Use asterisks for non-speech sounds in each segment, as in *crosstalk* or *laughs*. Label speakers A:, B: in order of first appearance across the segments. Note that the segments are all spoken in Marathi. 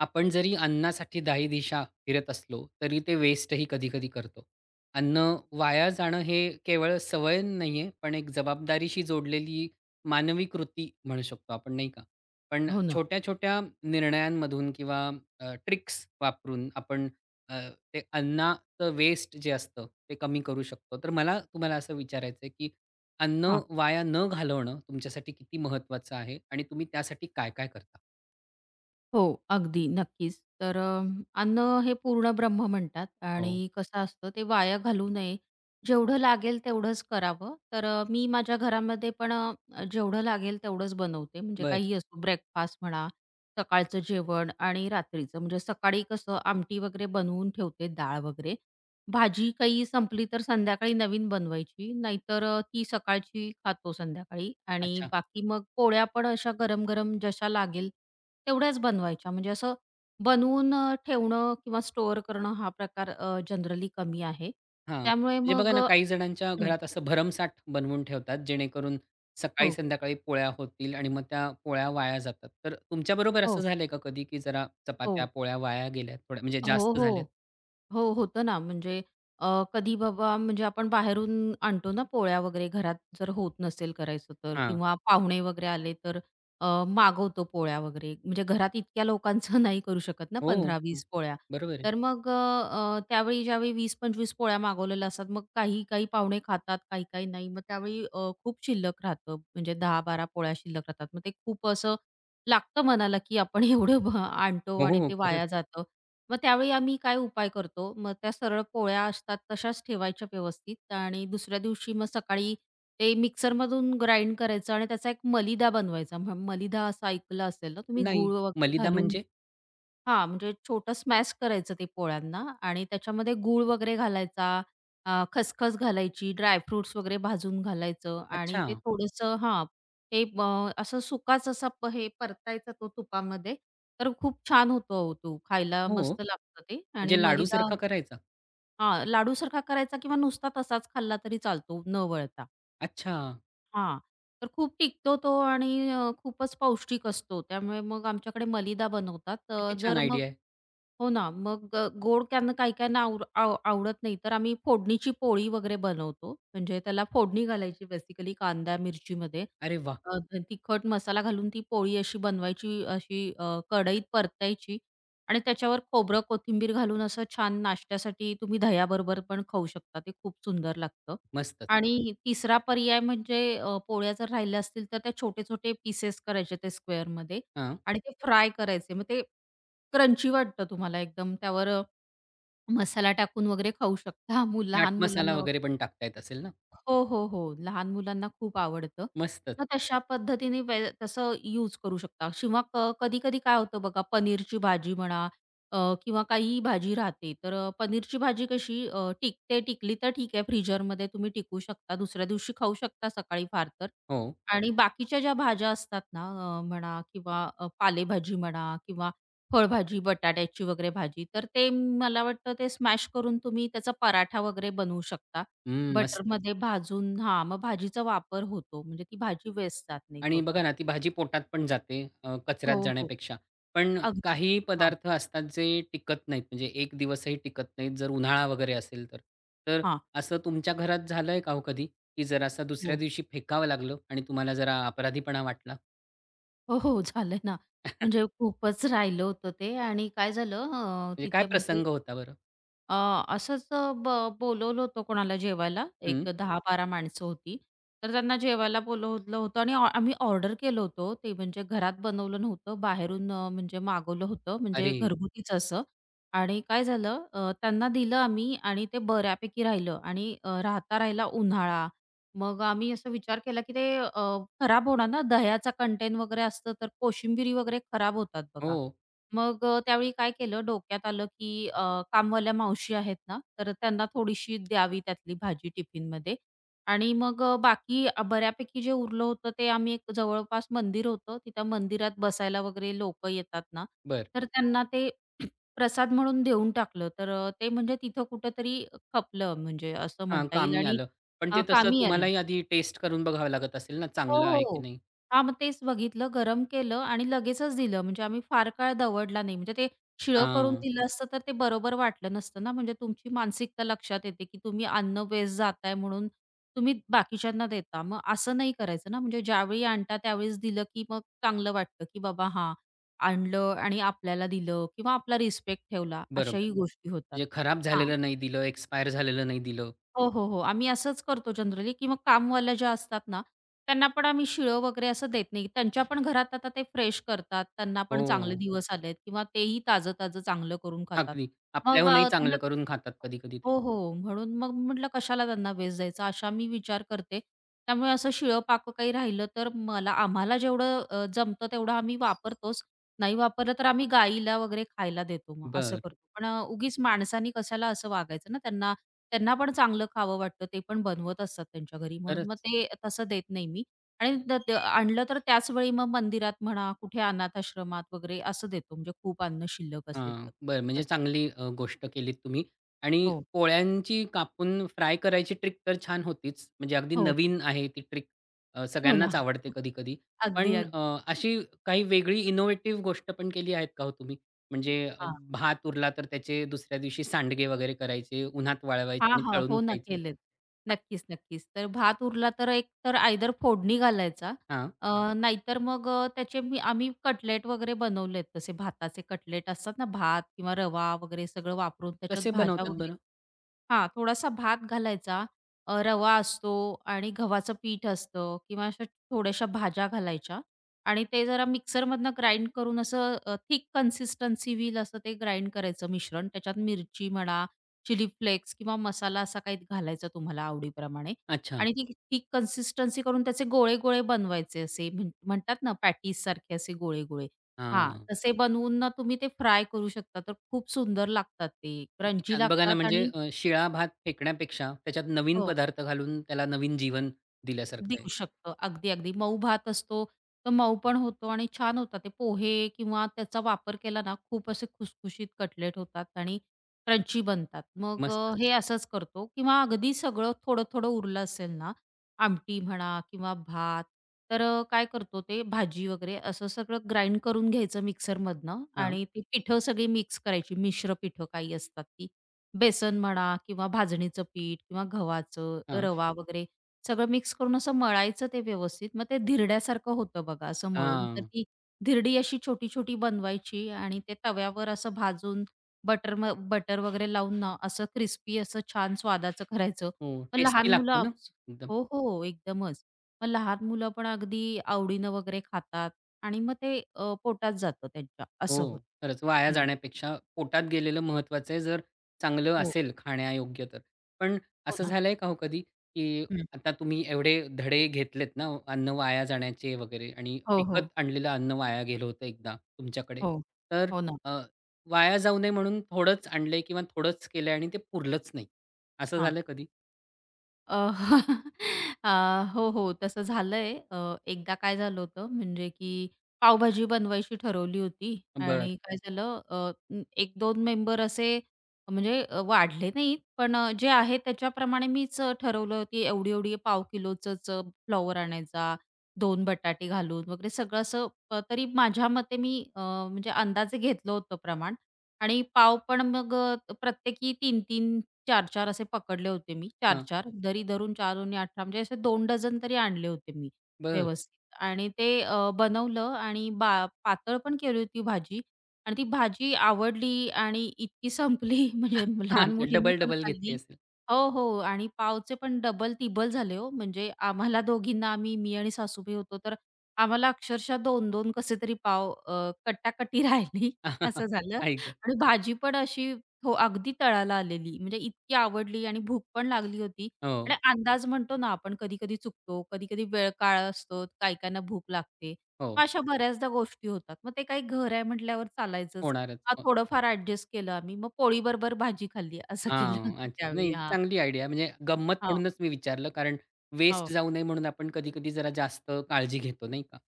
A: आपण जरी अन्नासाठी दाही दिशा फिरत असलो, तरी ते वेस्टही कधी-कधी करतो. अन्न वाया जाणं हे केवळ सवय नाही आहे, पण एक जबाबदारीशी जोडलेली मानवी कृती म्हणू शकतो आपण, नाही का? पण
B: हो ना.
A: छोट्या-छोट्या निर्णयांमधून किंवा ट्रिक्स वापरून आपण अ, ते अन्नाचं वेस्ट जे असतं, ते कमी करू शकतो. तर मला तुम्हाला असं विचारायचं आहे, की अन्न
B: हां.
A: वाया न घालवणं तुमच्यासाठी किती महत्त्वाचं आहे आणि तुम्ही त्यासाठी काय-काय करता?
B: हो, अगदी, नक्कीच. अन्न हे पूर्ण ब्रह्म म्हणतात आणि
A: हो.
B: कसं असतं ते वाया घालू नये. जेवढं लागेल तेवढंच करावं. मी माझ्या घरामध्ये पण जेवढं लागेल तेवढंच बनवते. म्हणजे
A: बरं.
B: काहीही असो ब्रेकफास्ट म्हणा, सकाळचं जेवण आणि रात्रीचं. म्हणजे सकाळी कसं आमटी वगैरे बनवून ठेवते, डाळ वगैरे भाजी काही संपली तर संध्याकाळी नवीन बनवायची, नाहीतर ती सकाळची खातो संध्याकाळी आणि
A: अच्छा.
B: बाकी मग पोळ्या पण अशा गरम-गरम जशा लागेल तेवढ्याच बनवायच्या. म्हणजे असं बनवून ठेवणं किंवा स्टोअर करणं हा प्रकार जनरली कमी आहे.
A: हां,
B: त्यामुळे
A: म्हणजे बघा
B: मग
A: ना,
B: अ,
A: काही जणांच्या
B: हं.
A: घरात असं भरमसाठ बनवून ठेवतात, जेणेकरून सकाळी
B: हो,
A: संध्याकाळी पोळ्या होतील आणि मग त्या पोळ्या वाया जातात. तर तुमच्या तुमच्याबरोबर असं
B: हो,
A: झालंय का कधी, की जरा
B: हो.
A: चपात्या, पोळ्या वाया गेल्या थोड्या म्हणजे
B: हो,
A: जास्त झाल्यात?
B: हो. हो, होतं ना. म्हणजे अ, कधी बाबा म्हणजे आपण बाहेरून आणतो ना पोळ्या वगैरे घरात जर होत नसेल करायचं तर
A: हां.
B: किंवा पाहुणे वगैरे आले तर मागवतो पोळ्या वगैरे. म्हणजे घरात इतक्या लोकांचं *laughs* नाही करू शकत ना
A: हो, हं,
B: 15-20 पोळ्या.
A: बरोबर आहे.
B: तर मग अ, अ, त्यावेळी ज्यावेळी 20-25 पोळ्या मागवलेल्या असतात, मग काही-काही पाहुणे खातात, काही-काही नाही. मग त्यावेळी खूप शिल्लक राहतं. म्हणजे 10-12 पोळ्या शिल्लक राहतात. मग ते खूप असं लागतं मनाला, की आपण *laughs* एवढं आणतो
A: हो, हो,
B: आणि
A: हो,
B: ते
A: खरंच.
B: वाया जातं. मग त्यावेळी आम्ही काय उपाय करतो, मग त्या सरळ पोळ्या असतात तशाच ठेवायच्या व्यवस्थित आणि दुसऱ्या दिवशी मग सकाळी ते मिक्सरमधून ग्राइंड करायचं आणि त्याचा एक मलिदा बनवायचा. मलिदा असं ऐकलं असेल ना तुम्ही
A: नाही,
B: गूळ वगैरे
A: मलिदा
B: घालून
A: म्हणजे?
B: हा, म्हणजे छोटं स्मॅश करायचं ते पोळ्यांना आणि त्याच्यामध्ये गूळ वगैरे घालायचा, खसखस घालायची, ड्रायफ्रुट्स वगैरे भाजून घालायचं आणि
A: अच्छा.
B: ते थोडंसं हां, ते ब असं सुकाच असा हे परतायचा तो तुपामध्ये, तर खूप छान होतो अहो तो. खायला
A: हो,
B: मस्त लागतं ते आणि
A: म्हणजे
B: मलिदा
A: लाडूसारखा करायचा?
B: हां, लाडूसारखा करायचा किंवा नुसता तसाच खाल्ला तरी चालतो न वळता.
A: अच्छा,
B: हां, तर खूप टिकतो तो आणि खूपच पौष्टिक असतो. त्यामुळे मग आमच्याकडे मलिदा बनवतात. अ,
A: किती छान
B: जर
A: आयडिया
B: मग
A: आहे.
B: हो ना. मग गोड त्यांना काही-काहींना आव आव आवडत नाही. तर आम्ही फोडणीची पोळी वगैरे बनवतो. म्हणजे त्याला फोडणी घालायची बेसिकली कांदा, मिरचीमध्ये.
A: अरे वा
B: अ, तिखट मसाला घालून ती पोळी अशी बनवायची, अशी कढईत परतायची आणि त्याच्यावर खोबरं, कोथिंबीर घालून असं छान नाश्त्यासाठी तुम्ही दह्याबरोबर पण खाऊ शकता. ते खूप सुंदर लागतं.
A: मस्तच.
B: आणि तिसरा पर्याय म्हणजे पोळ्या जर राहिल्या असतील तर त्या छोटे-छोटे पीसेस करायचे ते स्क्वेअरमध्ये
A: हां,
B: आणि ते फ्राय करायचे. मग ते क्रंची वाटतं तुम्हाला एकदम. त्यावर मसाला टाकून वगैरे खाऊ शकता. *laughs*
A: चाट
B: लहान
A: मसाला
B: मुलांना
A: वगैरे
B: वगैरे.
A: पण टाकता येत असेल ना?
B: हो, हो, हो. लहान मुलांना खूप आवडतं.
A: मस्तच.
B: मग तशा पद्धतीने तसं यूज करू शकता किंवा कधी-कधी काय होतं बघा, पनीरची भाजी म्हणा अ, किंवा काहीही भाजी राहते. तर पनीरची भाजी कशी टिकते, टिकली तर ठीक आहे. फ्रीजरमध्ये तुम्ही टिकवू शकता. दुसऱ्या दिवशी खाऊ शकता सकाळी फार तर.
A: हो.
B: आणि बाकीच्या ज्या भाज्या असतात ना म्हणा किंवा पालेभाजी म्हणा किंवा फळभाजी, बटाट्याची वगैरे भाजी, तर ते मला वाटतं ते स्मॅश करून तुम्ही त्याचा पराठा वगैरे बनवू शकता.
A: हं, मस्त.
B: बटरमध्ये भाजून हां, मग भाजीचा वापर होतो. म्हणजे ती भाजी वेस्ट जात नाही
A: आणि बघा
B: थोडक्यात.
A: ना, ती भाजी पोटात पण जाते कचऱ्यात
B: हो, हो.
A: जाण्यापेक्षा. पण
B: अगदीच.
A: काही
B: हां,
A: पदार्थ असतात जे टिकत नाहीत, म्हणजे 1 दिवसही टिकत नाहीत, जर उन्हाळा वगैरे असेल तर. तर
B: हां.
A: असं तुमच्या घरात झालंय का हो कधी, की जरासा दुसऱ्या
B: हो.
A: दिवशी फेकावं लागलं आणि तुम्हाला जरा अपराधीपणा वाटला?
B: हो, हो. झालंय ना. म्हणजे खूपच राहिलं होतं ते आणि काय झालं
A: म्हणजे काय
B: तिथे म्हणजे
A: प्रसंग होता बरं?
B: अ, असंच अ, ब बोलवलं होतं कोणाला जेवायला. एक
A: हं.
B: 10-12 माणसं होती. तर त्यांना जेवायला बोलवलं होतं आणि आम्ही ऑर्डर केलं होतं. ते म्हणजे घरात बनवलं नव्हतं. बाहेरून म्हणजे मागवलं होतं. म्हणजे
A: अरे!
B: घरगुतीच असं. आणि काय झालं त्यांना दिलं आम्ही आणि ते बऱ्यापैकी राहिलं आणि राहता राहिला उन्हाळा. मग आम्ही असा विचार केला, की ते खराब होणार ना, दह्याचा कंटेंट वगैरे असतं, तर कोशिंबिरी वगैरे खराब होतात
A: हो.
B: बघा. मग त्यावेळी काय केलं डोक्यात आलं, की कामवाल्या मावशी आहेत ना, तर त्यांना थोडीशी द्यावी त्यातली भाजी टिफिनमध्ये आणि मग बाकी बऱ्यापैकी जे उरलं होतं ते आम्ही एक जवळपास मंदिर होतं, तिथं मंदिरात बसायला वगैरे लोक येतात ना,
A: बरं.
B: तर त्यांना ते *clears throat* प्रसाद म्हणून देऊन टाकलं. तर ते म्हणजे तिथं कुठेतरी खपलं म्हणजे असं
A: हां,
B: म्हणता येईल
A: कामी
B: आणि
A: आलं. पण ते तसं
B: कामी आलं.
A: तुम्हालाही आधी टेस्ट करून बघावं लागत असेल ना,
B: हो,
A: चांगलं आहे की
B: हो.
A: नाही?
B: हां, मग तेच बघितलं, गरम केलं आणि लगेचच दिलं. म्हणजे आम्ही फार काळ दवडला नाही. म्हणजे ते शिळं करून
A: हां,
B: दिलं असतं तर ते बरोबर वाटलं नसतं ना. म्हणजे तुमची मानसिकता लक्षात येते, की तुम्ही अन्न वेस्ट जाताय म्हणून तुम्ही बाकीच्यांना देता. मग असं नाही करायचं ना. म्हणजे ज्यावेळी आणता त्यावेळेस दिलं, की मग चांगलं वाटतं, की बाबा हां, आणलं आणि आपल्याला दिलं किंवा आपला रिस्पेक्ट ठेवला.
A: बरोबर.
B: अशाही गोष्टी होतात.
A: म्हणजे खराब
B: हां.
A: झालेलं नाही दिलं, एक्सपायर झालेलं नाही दिलं.
B: हो, हो, हो. आम्ही असंच करतो जनरली, की मग कामवाल्या ज्या असतात ना, त्यांना पण आम्ही शिळं वगैरे असं देत नाही. त्यांच्या पण घरात आता ते फ्रेश करतात. त्यांना पण चांगले
A: हो.
B: दिवस आलेत किंवा तेही ताजं-ताजं चांगलं करून खातात.
A: अगदी.
B: मग
A: आपल्याहूनही
B: अ,
A: चांगलं
B: त्यांना
A: करून खातात कधी-कधी ते.
B: हो, हो. म्हणून मग म्हटलं कशाला त्यांना वेस्ट द्यायचा, असा मी विचार करते. त्यामुळे असं शिळं-पाकं काही राहिलं तर मला आम्हाला जेवढं जमतं तेवढं आम्ही वापरतोच. नाही वापरलं तर आम्ही गाईला वगैरे खायला देतो मग असं
A: बर
B: करतो. पण उगीच माणसानी कशाला असं वागायचं ना त्यांना त्यांना पण चांगलं खावं वाटतं. ते पण बनवत असतात त्यांच्या घरी म्हणून मग
A: खरंच?
B: ते तसं देत नाही मी आणि ते आणलं तर त्याच वेळी मग मंदिरात म्हणा, कुठे अनाथ आश्रमात वगैरे असं देतो म्हणजे खूप अन्न शिल्लक असेल
A: हां.
B: तर.
A: बरं म्हणजे
B: असं.
A: चांगली गोष्ट केलीत तुम्ही आणि
B: हो.
A: पोळ्यांची कापून फ्राय करायची ट्रिक तर छान होतीच. म्हणजे अगदी
B: हो.
A: नवीन आहे ती ट्रिक.
B: हो ना.
A: सगळ्यांनाच आवडते कधी-कधी.
B: अगदी,
A: पण
B: अगदी.
A: अशी काही वेगळी इनोव्हेटिव्ह गोष्ट पण केली आहेत का हो तुम्ही? म्हणजे भात उरला तर त्याचे दुसऱ्या दिवशी सांडगे वगैरे करायचे, उन्हात वाळवायचे
B: हां,
A: आणि
B: हां.
A: तळून
B: हो ना,
A: खायचे?
B: केलेत.
A: *laughs*
B: नक्कीच, नक्कीच. तर भात उरला तर एक तर आयदर फोडणी घालायचा
A: हां.
B: अ, नाहीतर मग त्याचे आम्ही कटलेट वगैरे बनवलेत तसे भाताचे कटलेट असतात ना, भात किंवा रवा वगैरे सगळं वापरून त्याच्यात
A: कसे
B: भाज्या
A: बनवतात
B: वगैरे
A: बरं?
B: हां, थोडासा भात घालायचा. रवा असतो आणि गव्हाचं पीठ असतं किंवा अशा थोड्याशा भाज्या घालायच्या आणि ते जरा मिक्सरमधनं ग्राइंड करून असं थिक कन्सिस्टन्सी होईल असं ते ग्राइंड करायचं मिश्रण. त्याच्यात मिरची म्हणा, चिली फ्लेक्स किंवा मसाला असा काही घालायचा तुम्हाला आवडीप्रमाणे
A: अच्छा.
B: आणि ती थिक कन्सिस्टन्सी करून त्याचे गोळे-गोळे बनवायचे असे म्हणतात ना पॅटीससारखे असे गोळे-गोळे. हां,
A: हां.
B: तसे बनवून ना तुम्ही ते फ्राय करू शकता. तर खूप सुंदर लागतात ते,
A: किती
B: क्रंची
A: छान. बघा ना,
B: लागतात
A: म्हणजे
B: आणि
A: शिळा भात फेकण्यापेक्षा त्याच्यात नवीन
B: हो.
A: पदार्थ घालून त्याला नवीन जीवन दिल्यासारखं आहे.
B: देऊ शकतो. अगदी, अगदी. मऊ भात असतो, तर मऊ पण होतो आणि छान होतात ते पोहे किंवा त्याचा वापर केला ना, खूप असे खुसखुशीत कटलेट होतात आणि क्रंची बनतात. मग
A: मस्तच.
B: हे असंच करतो किंवा अगदी सगळं थोडं-थोडं उरलं असेल ना, आमटी म्हणा किंवा भात, तर काय करतो ते भाजी वगैरे असं सगळं ग्राइंड करून घ्यायचं मिक्सरमधनं
A: हां,
B: आणि ती पिठं सगळी मिक्स करायची. मिश्र पिठं काही असतात ती. बेसन म्हणा किंवा भाजणीचं पीठ किंवा गव्हाचं,
A: हां,
B: रवा वगैरे सगळं मिक्स करून असं मळायचं ते व्यवस्थित. मग ते धिरड्यासारखं होतं बघा असं मळून. तर
A: हां.
B: ती धिरडी अशी छोटी-छोटी बनवायची आणि ते तव्यावर असं भाजून बटर वगैरे लावून ना असं क्रिस्पी असं छान स्वादाचं करायचं.
A: हो,
B: मग
A: टेस्टी
B: लहान
A: लागतं ना एकदम.
B: हो, हो, एकदमच. मग लहान मुलं पण अगदी आवडीनं वगैरे खातात आणि मग ते पोटात जातं त्यांच्या
A: हो,
B: असं होतं.
A: खरंच वाया
B: हं.
A: जाण्यापेक्षा पोटात गेलेलं महत्वाचं आहे, जर चांगलं
B: हो,
A: असेल खाण्यायोग्य तर. पण
B: हो
A: असं
B: ना.
A: झालंय का हो कधी, की
B: हं.
A: आता तुम्ही एवढे धडे घेतलेत ना अन्न वाया जाण्याचे वगैरे आणि
B: हो,
A: विकत
B: हो.
A: आणलेलं अन्न वाया गेलं होतं एकदा तुमच्याकडे.
B: हो.
A: तर
B: हो ना.
A: अ, वाया जाऊ नये म्हणून थोडंच आणलंय किंवा थोडंच केलंय आणि ते पुरलंच नाही. असं झालं कधी?
B: अ, *laughs* अ, हो, हो. तसं झालंय. एकदा काय झालं होतं म्हणजे की पावभाजी बनवायची ठरवली होती
A: बरं.
B: आणि काय झालं. 1-2 मेंबर असे म्हणजे वाढले नाहीत, पण जे आहे त्याच्याप्रमाणे मीच ठरवलं की एवढी-एवढी पाव किलोचंच फ्लॉवर आणायचा, 2 बटाटे घालून वगैरे सगळं असं तरी माझ्या मते मी म्हणजे अंदाजे घेतलं होतं प्रमाण आणि पाव पण मग प्रत्येकी 3-3 चार-चार असे पकडले होते मी.
A: हां,
B: चार-चार, जरी धरून चार दुनी 18 म्हणजे असे दोन डझन तरी आणले होते मी
A: बरं.
B: व्यवस्थित. आणि ते बनवलं आणि पातळ पण केली होती भाजी आणि ती भाजी आवडली आणि इतकी संपली *laughs* म्हणजे लहान
A: *laughs* अच्छा
B: मुलींनी पण
A: डबल-डबल घेतली
B: खाल्ली.
A: असेल.
B: हो, हो. आणि पावचे पण डबल-तिबल झाले हो. म्हणजे आम्हाला दोघींना मी आणि सासूबाई होतो तर आम्हाला अक्षरशः 2-2 कसे तरी पाव कटाकटी राहिली *laughs*
A: *laughs*
B: असं झालं
A: आई
B: आणि भाजी पण अशी हो, अगदी तळाला आलेली. म्हणजे इतकी आवडली आणि भूक पण लागली होती
A: हो,
B: आणि अंदाज म्हणतो ना आपण कधी-कधी चुकतो, कधी-कधी वेळ काळ असतो, काही-काहींना भूक लागते.
A: हो.
B: मग अशा बऱ्याचदा गोष्टी होतात. मग ते काही घर आहे म्हटल्यावर चालायचंच. हां,
A: होणारच.
B: थोडंफार ॲडजस्ट केलं आम्ही. मग पोळीबरोबर भाजी खाल्ली *laughs* असं केलं
A: हां.
B: आम्ही
A: अच्छा.
B: त्यावेळी.
A: नाही
B: हां,
A: चांगली आयडिया म्हणजे गंमत
B: हां,
A: म्हणूनच मी विचारलं कारण वेस्ट
B: हो,
A: जाऊ नये म्हणून आपण कधी-कधी जरा जास्त काळजी घेतो नाही का?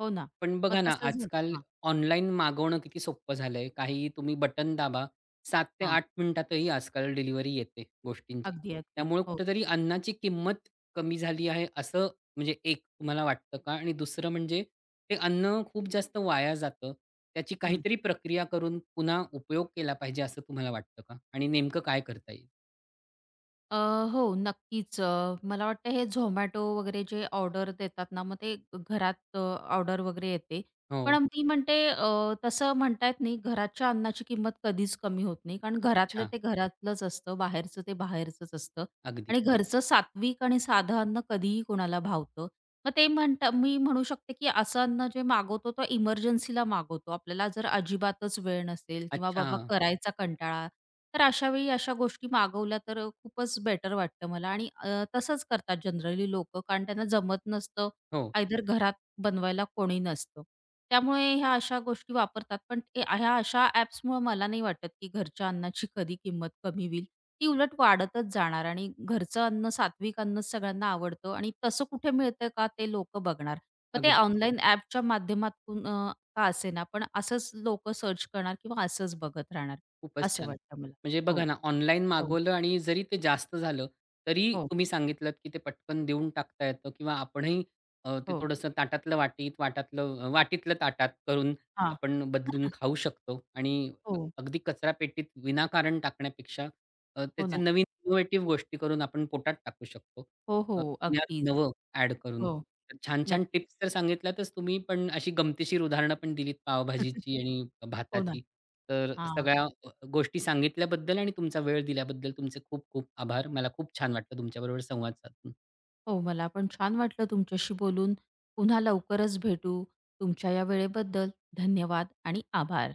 B: हो ना.
A: पण
B: मग
A: बघा ना,
B: तसं झालं.
A: आजकाल
B: हां,
A: ऑनलाईन मागवणं किती सोपं झालंय. काही तुम्ही बटन दाबा, 7 ते
B: हां.
A: 8 मिनिटातही आजकाल डिलिव्हरी येते गोष्टींची.
B: अगदी, अगदी.
A: त्यामुळे
B: हो.
A: कुठेतरी अन्नाची किंमत कमी झाली आहे असं म्हणजे एक तुम्हाला वाटतं का? आणि दुसरं म्हणजे ते अन्न खूप जास्त वाया जातं. त्याची काहीतरी प्रक्रिया करून पुन्हा उपयोग केला पाहिजे असं तुम्हाला वाटतं का? आणि नेमकं काय करता येईल?
B: अ, हो, नक्कीच. मला वाटतं हे Zomato वगैरे जे ऑर्डर देतात ना, मग ते घरात ऑर्डर वगैरे येते. पण
A: हो.
B: मी म्हणते तसं म्हणता येत नाही, घराच्या अन्नाची किंमत कधीच कमी होत नाही. कारण घरातलं
A: अच्छा.
B: ते घरातलंच असतं, बाहेरचं ते बाहेरचंच असतं
A: अगदी.
B: आणि घरचं सात्विक आणि साधं अन्न कधीही कोणाला भावतं. मग ते म्हणता मी म्हणू शकते, की असं अन्न जे मागवतो, तो इमर्जन्सीला मागवतो. आपल्याला जर अजिबातच वेळ नसेल किंवा
A: अच्छा.
B: बाबा करायचा कंटाळा तर अशावेळी अशा गोष्टी मागवल्या तर खूपच बेटर वाटतं मला आणि तसंच करतात जनरली लोकं कारण त्यांना जमत नसतं,
A: हो.
B: आयदर घरात बनवायला कोणी नसतं. त्यामुळे ह्या अशा गोष्टी वापरतात. पण ह्या अशा ॲप्समुळे मला नाही वाटत, की घरच्या अन्नाची कधी किंमत कमी होईल. ती उलट वाढतच जाणार आणि घरचं अन्न, सात्विक अन्नच सगळ्यांना आवडतं आणि तसं कुठे मिळतं का ते लोकं बघणार. मग ते
A: अगदी.
B: ऑनलाईन ॲपच्या माध्यमातून का असेना, पण असंच लोकं सर्च करणार किंवा असंच बघत राहणार,
A: खूपच
B: असं
A: छान.
B: वाटतं मला.
A: म्हणजे
B: हो,
A: बघा ना, ऑनलाईन
B: हो,
A: मागवलं आणि जरी ते जास्त झालं, तरी
B: हो,
A: तुम्ही सांगितलत की ते पटकन देऊन टाकता येतं किंवा आपणही ते
B: हो.
A: थोडंसं ताटातलं वाटीत, वाटातलं वाटीतलं ताटात करून
B: हां.
A: आपण बदलून खाऊ शकतो आणि
B: हो,
A: अगदी कचरा कचरापेटीत विनाकारण टाकण्यापेक्षा
B: हो
A: त्याचे
B: ना.
A: नवीन इनोव्हेटिव्ह गोष्टी करून आपण पोटात टाकू शकतो.
B: हो, हो.
A: अ, ज्ञात
B: अगदीच.
A: नवं ॲड करून.
B: हो,
A: तर छान-छान
B: नक्कीच.
A: टिप्स तर सांगितल्यातच तुम्ही, पण अशी गमतीशीर उदाहरणं पण दिलीत
B: *laughs*
A: पावभाजीची आणि
B: हो ना.
A: भाताची. तर
B: हां.
A: सगळ्या गोष्टी सांगितल्याबद्दल आणि तुमचा वेळ दिल्याबद्दल तुमचे खूप खूप आभार. मला खूप छान वाटलं तुमच्याबरोबर संवाद साधून.
B: हो, मला पण छान वाटलं तुमच्याशी बोलून. पुन्हा लवकरच भेटू. तुमच्या या वेळेबद्दल धन्यवाद आणि आभार.